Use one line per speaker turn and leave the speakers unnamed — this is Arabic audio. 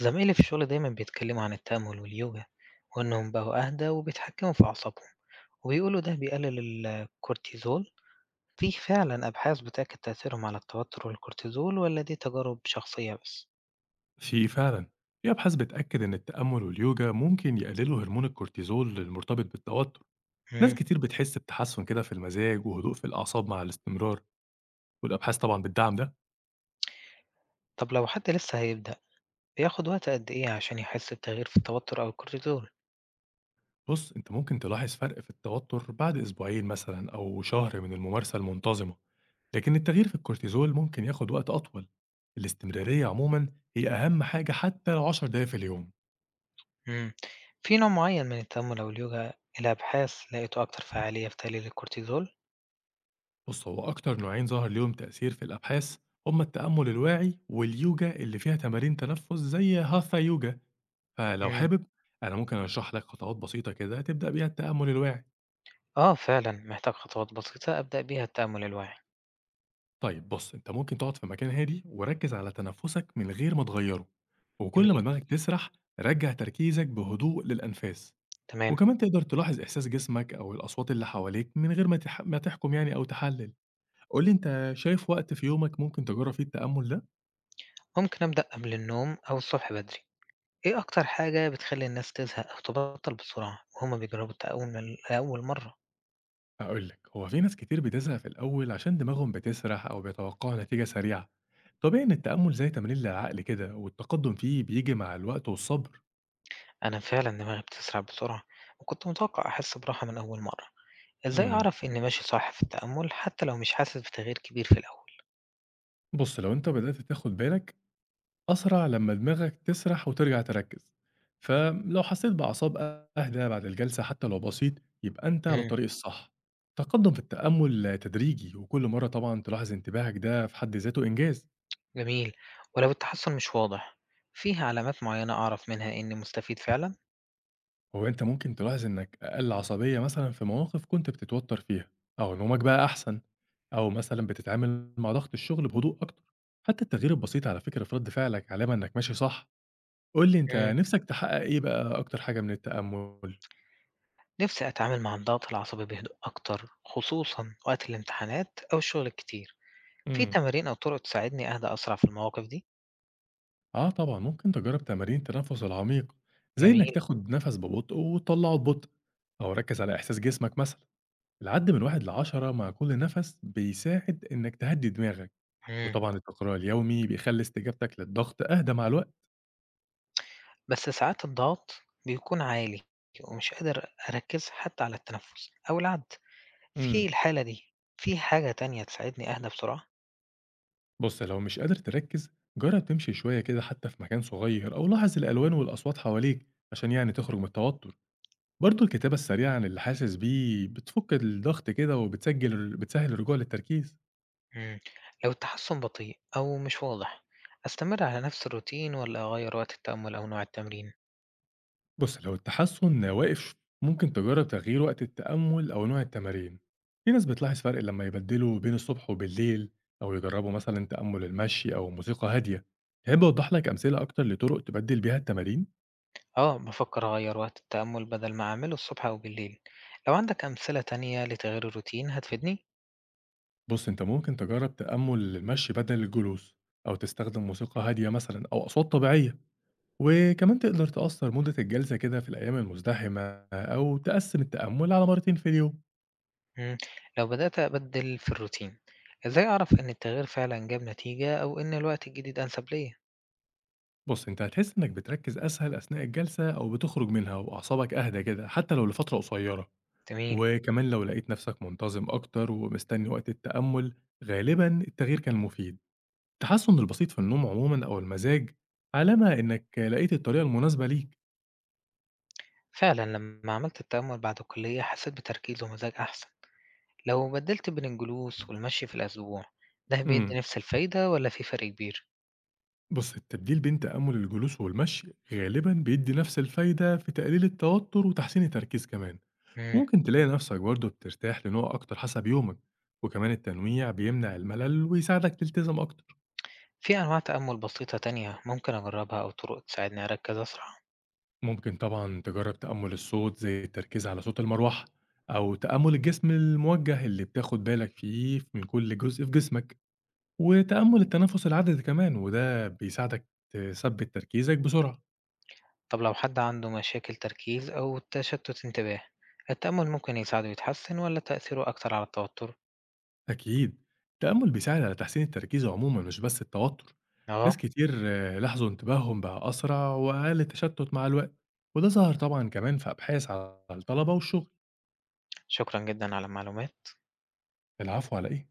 زمايلي في الشغل دايما بيتكلموا عن التأمل واليوجا، وإنهم بقوا أهدى وبيتحكموا في أعصابهم، وبيقولوا ده بيقلل الكورتيزول. في فعلا أبحاث بتأكد تأثيرهم على التوتر والكورتيزول ولا دي تجارب شخصية بس؟
في فعلا. في أبحاث بتأكد إن التأمل واليوجا ممكن يقللوا هرمون الكورتيزول المرتبط بالتوتر. ناس
مم.
كتير بتحس بتحسن كده في المزاج وهدوء في الأعصاب مع الاستمرار، والأبحاث طبعا بتدعم ده.
طب لو حد لسه هيبدأ، بياخد وقت قد إيه عشان يحس بتغيير في التوتر أو الكورتيزول؟
بص أنت ممكن تلاحظ فرق في التوتر بعد أسبوعين مثلا أو شهر من الممارسة المنتظمة، لكن التغيير في الكورتيزول ممكن ياخد وقت أطول. الاستمرارية عموما هي أهم حاجة حتى لو 10 دقايق في اليوم.
مم. في نوع معين من التأمل أو اليوجا الأبحاث لقيته أكتر فعالية في تقليل الكورتيزول؟
بص هو أكتر نوعين ظهر ليهم تأثير في الأبحاث هما التأمل الواعي واليوجا اللي فيها تمارين تنفس زي هاثا يوجا. فلو
مم.
حابب أنا ممكن أشرح لك خطوات بسيطة كده تبدأ بيها التأمل الواعي.
آه فعلا محتاج خطوات بسيطة أبدأ بيها التأمل الواعي.
طيب بص أنت ممكن تقعد في مكان هادي وركز على تنفسك من غير ما تغيره، وكل
جميل.
ما دماغك تسرح رجع تركيزك بهدوء للأنفاس.
تمام.
وكمان تقدر تلاحظ إحساس جسمك أو الأصوات اللي حواليك من غير ما ما تحكم يعني أو تحلل. قولي أنت شايف وقت في يومك ممكن تجرب فيه التأمل ده؟
ممكن أبدأ قبل النوم أو الصبح بدري، إيه أكتر حاجة بتخلّي الناس تزهق أو تبطّل بسرعة وهُم بيجربوا التقوّم لأول مرّة؟
هاقول لك، هو في ناس كتير بتزهق في الأول عشان دماغهم بتسرح أو بيتوقعوا نتيجة سريعة. طبيعي إن التأمل زي تمرين للعقل كده، والتقدم فيه بييجي مع الوقت والصبر.
أنا فعلًا دماغي بتسرح بسرعة، وكنت متوقع أحس براحة من أول مرّة، إزاي
امم
أعرف إني ماشي صح في التأمُّل حتى لو مش حاسس بتغيير كبير في الأول؟
بُص، لو أنت بدأت تاخد بالك أسرع لما دماغك تسرح وترجع تركز. فلو حسيت بأعصاب أهدى بعد الجلسة حتى لو بسيط، يبقى أنت على
إمم.
الطريق الصح. التقدم في التأمل تدريجي، وكل مرة طبعًا تلاحظ انتباهك ده في حد ذاته إنجاز.
جميل. ولو التحسُّن مش واضح، فيه علامات معيّنة أعرف منها إني مستفيد فعلًا؟
هو أنت ممكن تلاحظ إنك أقل عصبية مثلًا في مواقف كنت بتتوتر فيها، أو نومك بقى أحسن، أو مثلًا بتتعامل مع ضغط الشغل بهدوء أكتر، حتى التغيير البسيط على فكرة في رد فعلك علامة إنك ماشي صح، قُل لي أنت
إمم.
نِفْسك تحقق إيه بقى أكتر حاجة من التأمل؟
نِفْسي أتعامل مع الضغط العصبي بهدوء أكتر خصوصًا وقت الامتحانات أو الشغل الكتير. في
إمم.
تمارين أو طُرق تساعدني أهدى أسرع في المواقف دي؟
آه طبعًا، ممكن تجرب تمارين التنفس العميق، زي إنك
جميل.
تاخد نفس ببطء وتطلعه ببطء، أو ركز على إحساس جسمك مثلًا، العد من 1 ل10 مع كل نفس بيساعد إنك تهدي دماغك.
إمم.
وطبعًا التكرار اليومي بيخلّي استجابتك للضغط أهدى مع الوقت.
بس ساعات الضغط بيكون عالي، ومش قادر أركّز حتى على التنفس أو العد، في
إمم.
الحالة دي في حاجة تانية تساعدني أهدى بسرعة؟
بُص، لو مش قادر تركّز، جرّب تمشي شوية كده حتى في مكان صغير أو لاحظ الألوان والأصوات حواليك عشان يعني تخرج من التوتر. برضه الكتابة السريعة عن اللي حاسس بيه بتفُك الضغط كده وبتسجّل بتسهّل الرجوع للتركيز.
إمم. لو التحسُّن بطيء أو مش واضح، أستمر على نفس الروتين والّا أغيّر وقت التأمُّل أو نوع التمرين؟
بُص، لو التحسُّن واقف ممكن تجرّب تغيير وقت التأمُّل أو نوع التمارين. في ناس بتلاحظ فرق لمّا يبدّلوا بين الصبح وبالليل أو يجرّبوا مثلًا تأمُّل المشي أو موسيقى هادية. تحب أوضّح لك أمثلة أكتر لطُرق تبدِّل بيها التمارين؟
آه، بافكّر أغيّر وقت التأمُّل بدل ما أعمله الصبح أو بالليل، لو عندك أمثلة تانية لتغيير الروتين هتفيدني.
بُص، أنت ممكن تجرّب تأمُّل المشي بدل الجلوس أو تستخدم موسيقى هادية مثلًا أو أصوات طبيعية، وكمان تقدر تقصّر مدة الجلسة كده في الأيام المزدحمة أو تقسِّم التأمُّل على مرّتين في اليوم.
إمم. لو بدأت أبدِّل في الروتين، إزاي أعرف إن التغيير فعلًا جاب نتيجة أو إن الوقت الجديد أنسب ليّا؟
بُص، أنت هتحس إنك بتركّز أسهل أثناء الجلسة أو بتخرج منها وأعصابك أهدى كده حتى لو لفترة قصيرة،
جميل.
وكمان لو لقيت نفسك منتظم أكتر ومستني وقت التأمل، غالبًا التغيير كان مفيد. التحسن البسيط في النوم عمومًا أو المزاج علامة إنك لقيت الطريقة المناسبة ليك.
فعلًا لمّا عملت التأمل بعد الكلية حسيت بتركيز ومزاج أحسن، لو بدِّلت بين الجلوس والمشي في الأسبوع، ده بيدّي
إمم.
نفس الفايدة والّا في فرق كبير؟
بُص التبديل بين تأمل الجلوس والمشي غالبًا بيدّي نفس الفايدة في تقليل التوتر وتحسين التركيز كمان.
إمم.
ممكن تلاقي نفسك برضه بترتاح لنوع أكتر حسب يومك، وكمان التنويع بيمنع الملل ويساعدك تلتزم أكتر.
في أنواع تأمل بسيطة تانية ممكن أجرّبها أو طرق تساعدني أركّز أسرع؟
ممكن طبعا تجرب تأمل الصوت زي التركيز على صوت المروحة، أو تأمل الجسم الموجه اللي بتاخد بالك فيه من كل جزء في جسمك، وتأمل التنفس العدد كمان، وده بيساعدك تثبت تركيزك بسرعة.
طب لو حد عنده مشاكل تركيز أو تشتُّت انتباه، التأمل ممكن يساعده يتحسن والّا تأثيره أكتر على التوتر؟
أكيد التأمل بيساعد على تحسين التركيز عموما مش بس التوتر. ناس
آه.
كتير آه، لاحظوا انتباههم بقى أسرع وأقل تشتت مع الوقت، وده ظهر طبعا كمان في أبحاث على الطلبة والشغل.
شكرًا جدًا على المعلومات.
العفو على إيه؟